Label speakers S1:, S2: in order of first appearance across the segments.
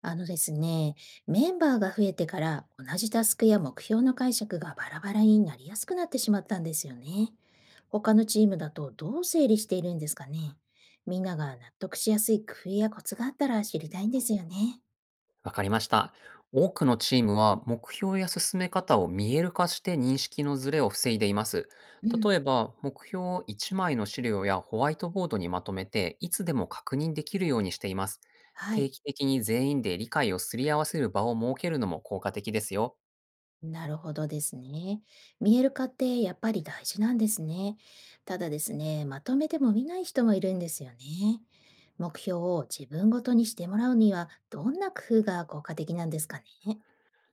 S1: あのですね、メンバーが増えてから同じタスクや目標の解釈がバラバラになりやすくなってしまったんですよね。他のチームだとどう整理しているんですかね。みんなが納得しやすい工夫やコツがあったら知りたいんですよね。
S2: わかりました。多くのチームは目標や進め方を見える化して認識のズレを防いでいます。
S1: うん。
S2: 例えば、目標を1枚の資料やホワイトボードにまとめて、いつでも確認できるようにしています。
S1: は
S2: 定
S1: い。
S2: 期的に全員で理解をすり合わせる場を設けるのも効果的ですよ。
S1: なるほどですね。見える化ってやっぱり大事なんですね。ただですね、まとめても見ない人もいるんですよね。目標を自分ごとにしてもらうにはどんな工夫が効果的なんですかね。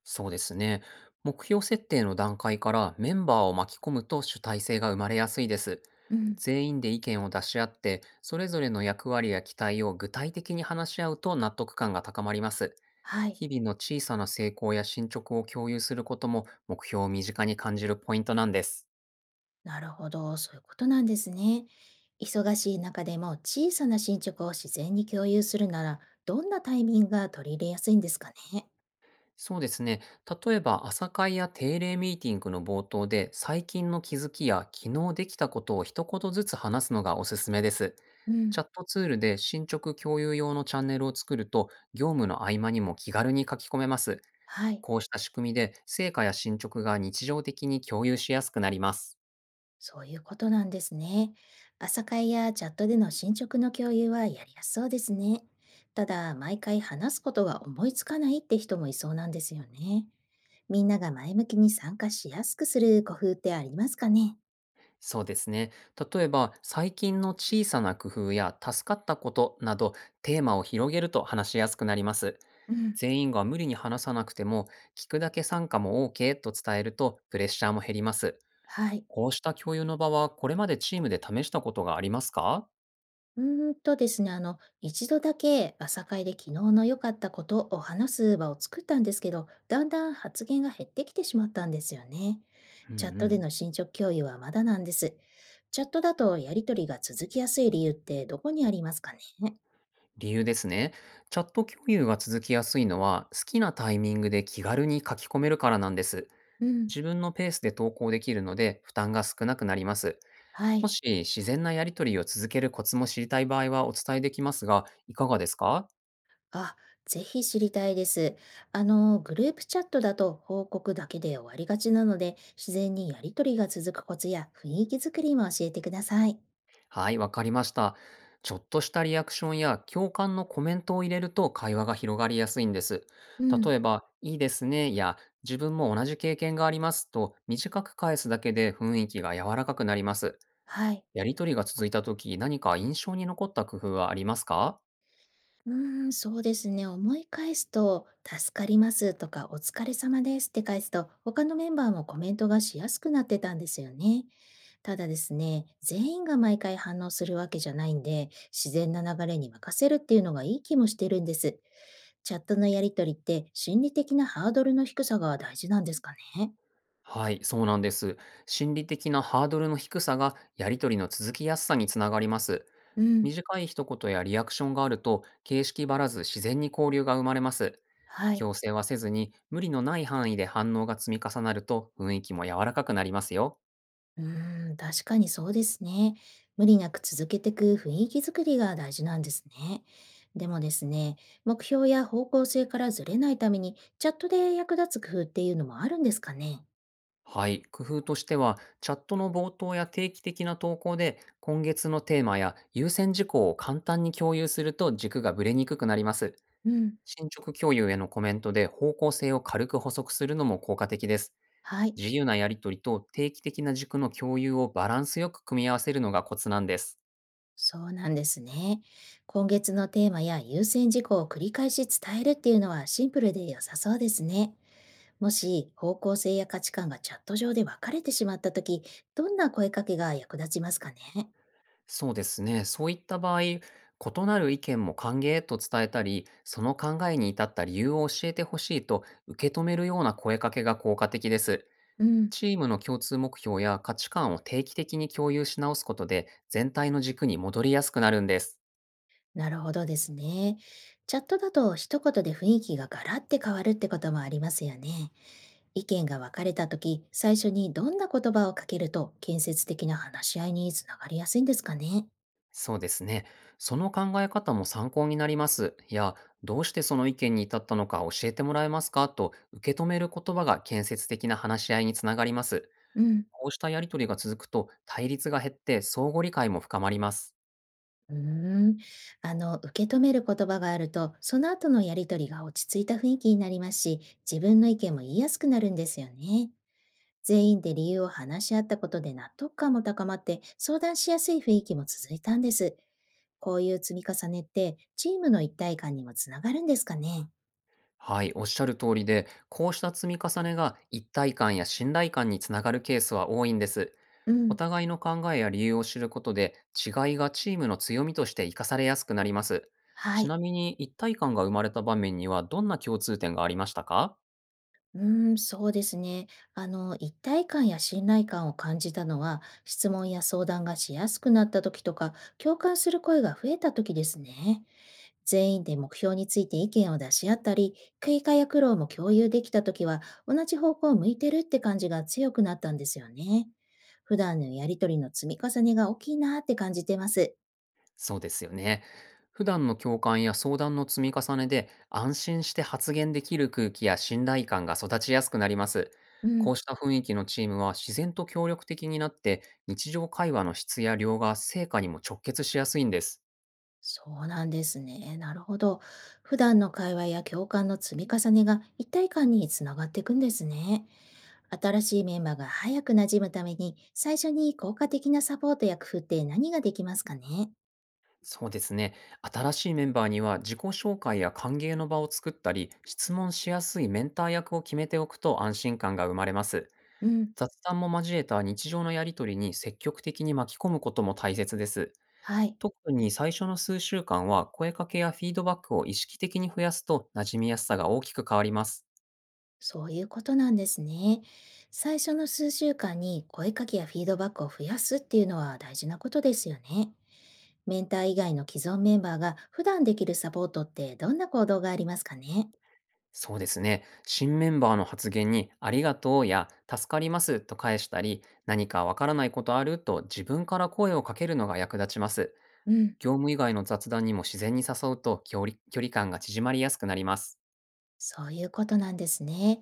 S2: そうですね。目標設定の段階からメンバーを巻き込むと主体性が生まれやすいです。
S1: うん。
S2: 全員で意見を出し合って、それぞれの役割や期待を具体的に話し合うと納得感が高まります。
S1: はい。
S2: 日々の小さな成功や進捗を共有することも目標を身近に感じるポイントなんです。
S1: なるほど。そういうことなんですね。忙しい中でも小さな進捗を自然に共有するなら、どんなタイミングが取り入れやすいんですかね。
S2: そうですね。例えば、朝会や定例ミーティングの冒頭で、最近の気づきや昨日できたことを一言ずつ話すのがおすすめです。
S1: う
S2: チ
S1: ん。
S2: ャットツールで進捗共有用のチャンネルを作ると、業務の合間にも気軽に書き込めます。
S1: はい。
S2: こうした仕組みで、成果や進捗が日常的に共有しやすくなります。
S1: そういうことなんですね。朝会やチャットでの進捗の共有はやりやすそうですね。ただ、毎回話すことが思いつかないって人もいそうなんですよね。みんなが前向きに参加しやすくする工夫ってありますかね。
S2: そうですね。例えば、最近の小さな工夫や助かったことなど、テーマを広げると話しやすくなります。
S1: うん。
S2: 全員が無理に話さなくても、聞くだけ参加も OK と伝えると、プレッシャーも減ります。
S1: はい。
S2: こうした共有の場は、これまでチームで試したことがありますか？
S1: うーんとですね、あの、一度だけ朝会で昨日の良かったことを話す場を作ったんですけど、だんだん発言が減ってきてしまったんですよね。
S2: うんう
S1: チャットで
S2: ん。
S1: の進捗共有はまだなんです。チャットだとやりとりが続きやすい理由ってどこにありますかね。
S2: 理由ですね。チャット共有が続きやすいのは、好きなタイミングで気軽に書き込めるからなんです。
S1: うん。
S2: 自分のペースで投稿できるので、負担が少なくなります。
S1: は
S2: も
S1: い。
S2: し自然なやりとりを続けるコツも知りたい場合はお伝えできますが、いかがですか？
S1: あ、ぜひ知りたいです。あの、グループチャットだと報告だけで終わりがちなので、自然にやりとりが続くコツや雰囲気作りも教えてください。
S2: はい、わかりました。ちょっとしたリアクションや共感のコメントを入れると会話が広がりやすいんです。
S1: う
S2: 例
S1: ん。
S2: えば、いいですねや自分も同じ経験がありますと短く返すだけで雰囲気が柔らかくなります。
S1: はい。
S2: やりとりが続いた時、何か印象に残った工夫はありますか？
S1: うーん、そうですね。思い返すと、助かりますとか、お疲れ様ですって返すと、他のメンバーもコメントがしやすくなってたんですよね。ただですね、全員が毎回反応するわけじゃないんで、自然な流れに任せるっていうのがいい気もしてるんです。チャットのやりとりって、心理的なハードルの低さが大事なんですかね。
S2: はい、そうなんです。心理的なハードルの低さがやりとりの続きやすさにつながります。
S1: うん。
S2: 短い一言やリアクションがあると形式ばらず自然に交流が生まれます。
S1: はい。
S2: 強制はせずに無理のない範囲で反応が積み重なると雰囲気も柔らかくなりますよ。
S1: うーん、確かにそうですね。無理なく続けていく雰囲気づくりが大事なんですね。でもですね、目標や方向性からずれないために、チャットで役立つ工夫っていうのもあるんですかね。
S2: はい、工夫としてはチャットの冒頭や定期的な投稿で今月のテーマや優先事項を簡単に共有すると軸がぶれにくくなります。
S1: うん。
S2: 進捗共有へのコメントで方向性を軽く補足するのも効果的です。
S1: はい。
S2: 自由なやりとりと定期的な軸の共有をバランスよく組み合わせるのがコツなんです。
S1: そうなんですね。今月のテーマや優先事項を繰り返し伝えるっていうのはシンプルで良さそうですね。もし方向性や価値観がチャット上で分かれてしまった時、どんな声かけが役立ちますかね。
S2: そうですね。そういった場合、異なる意見も歓迎と伝えたり、その考えに至った理由を教えてほしいと受け止めるような声かけが効果的です。
S1: うん。
S2: チームの共通目標や価値観を定期的に共有し直すことで、全体の軸に戻りやすくなるんです。
S1: なるほどですね。チャットだと一言で雰囲気がガラッて変わるってこともありますよね。意見が分かれた時、最初にどんな言葉をかけると建設的な話し合いにつながりやすいんですかね。
S2: そうですね。その考え方も参考になります。いや、どうしてその意見に至ったのか教えてもらえますかと受け止める言葉が建設的な話し合いにつながります。
S1: うん。
S2: こうしたやりとりが続くと対立が減って相互理解も深まります。
S1: うーん。あの、受け止める言葉があると、その後のやりとりが落ち着いた雰囲気になりますし、自分の意見も言いやすくなるんですよね。全員で理由を話し合ったことで納得感も高まって、相談しやすい雰囲気も続いたんです。こういう積み重ねって、チームの一体感にもつながるんですかね。
S2: はい、おっしゃる通りで、こうした積み重ねが一体感や信頼感につながるケースは多いんです。
S1: う
S2: お
S1: ん。
S2: 互いの考えや理由を知ることで、違いがチームの強みとして生かされやすくなります。
S1: は
S2: ち
S1: い。
S2: なみに、一体感が生まれた場面にはどんな共通点がありましたか？
S1: うーん、そうですね。あの、一体感や信頼感を感じたのは、質問や相談がしやすくなった時とか、共感する声が増えた時ですね。全員で目標について意見を出し合ったり、経過や苦労も共有できた時は、同じ方向を向いてるって感じが強くなったんですよね。普段のやりとりの積み重ねが大きいなって感じてます。
S2: そうですよね。普段の共感や相談の積み重ねで安心して発言できる空気や信頼感が育ちやすくなります。
S1: う
S2: こ
S1: ん。
S2: うした雰囲気のチームは自然と協力的になって日常会話の質や量が成果にも直結しやすいんです。
S1: そうなんですね。なるほど。普段の会話や共感の積み重ねが一体感につながっていくんですね。新しいメンバーが早く馴染むために、最初に効果的なサポートや工夫って何ができますかね。
S2: そうですね。新しいメンバーには自己紹介や歓迎の場を作ったり、質問しやすいメンター役を決めておくと安心感が生まれます。
S1: うん。
S2: 雑談も交えた日常のやりとりに積極的に巻き込むことも大切です。
S1: はい。
S2: 特に最初の数週間は声かけやフィードバックを意識的に増やすと馴染みやすさが大きく変わります。
S1: そういうことなんですね。最初の数週間に声かけやフィードバックを増やすっていうのは大事なことですよね。メンター以外の既存メンバーが普段できるサポートってどんな行動がありますかね。
S2: そうですね。新メンバーの発言にありがとうや助かりますと返したり、何かわからないことあると自分から声をかけるのが役立ちます。
S1: うん。
S2: 業務以外の雑談にも自然に誘うと距離感が縮まりやすくなります。
S1: そういうことなんですね。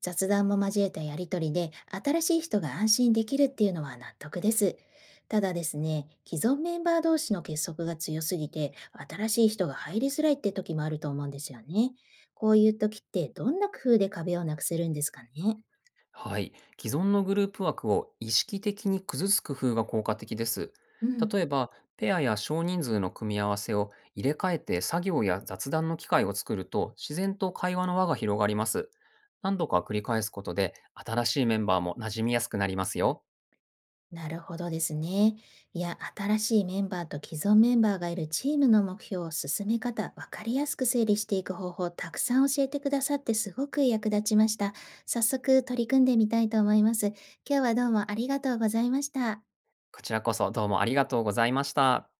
S1: 雑談も交えたやりとりで、新しい人が安心できるっていうのは納得です。ただですね、既存メンバー同士の結束が強すぎて、新しい人が入りづらいって時もあると思うんですよね。こういう時って、どんな工夫で壁をなくせるんですかね。
S2: はい。既存のグループ枠を意識的に崩す工夫が効果的です。
S1: うん。
S2: 例えば、ペアや少人数の組み合わせを入れ替えて作業や雑談の機会を作ると自然と会話の輪が広がります。何度か繰り返すことで新しいメンバーも馴染みやすくなりますよ。
S1: なるほどですね。いや、新しいメンバーと既存メンバーがいるチームの目標を進め方、わかりやすく整理していく方法、たくさん教えてくださってすごく役立ちました。早速取り組んでみたいと思います。今日はどうもありがとうございました。
S2: こちらこそどうもありがとうございました。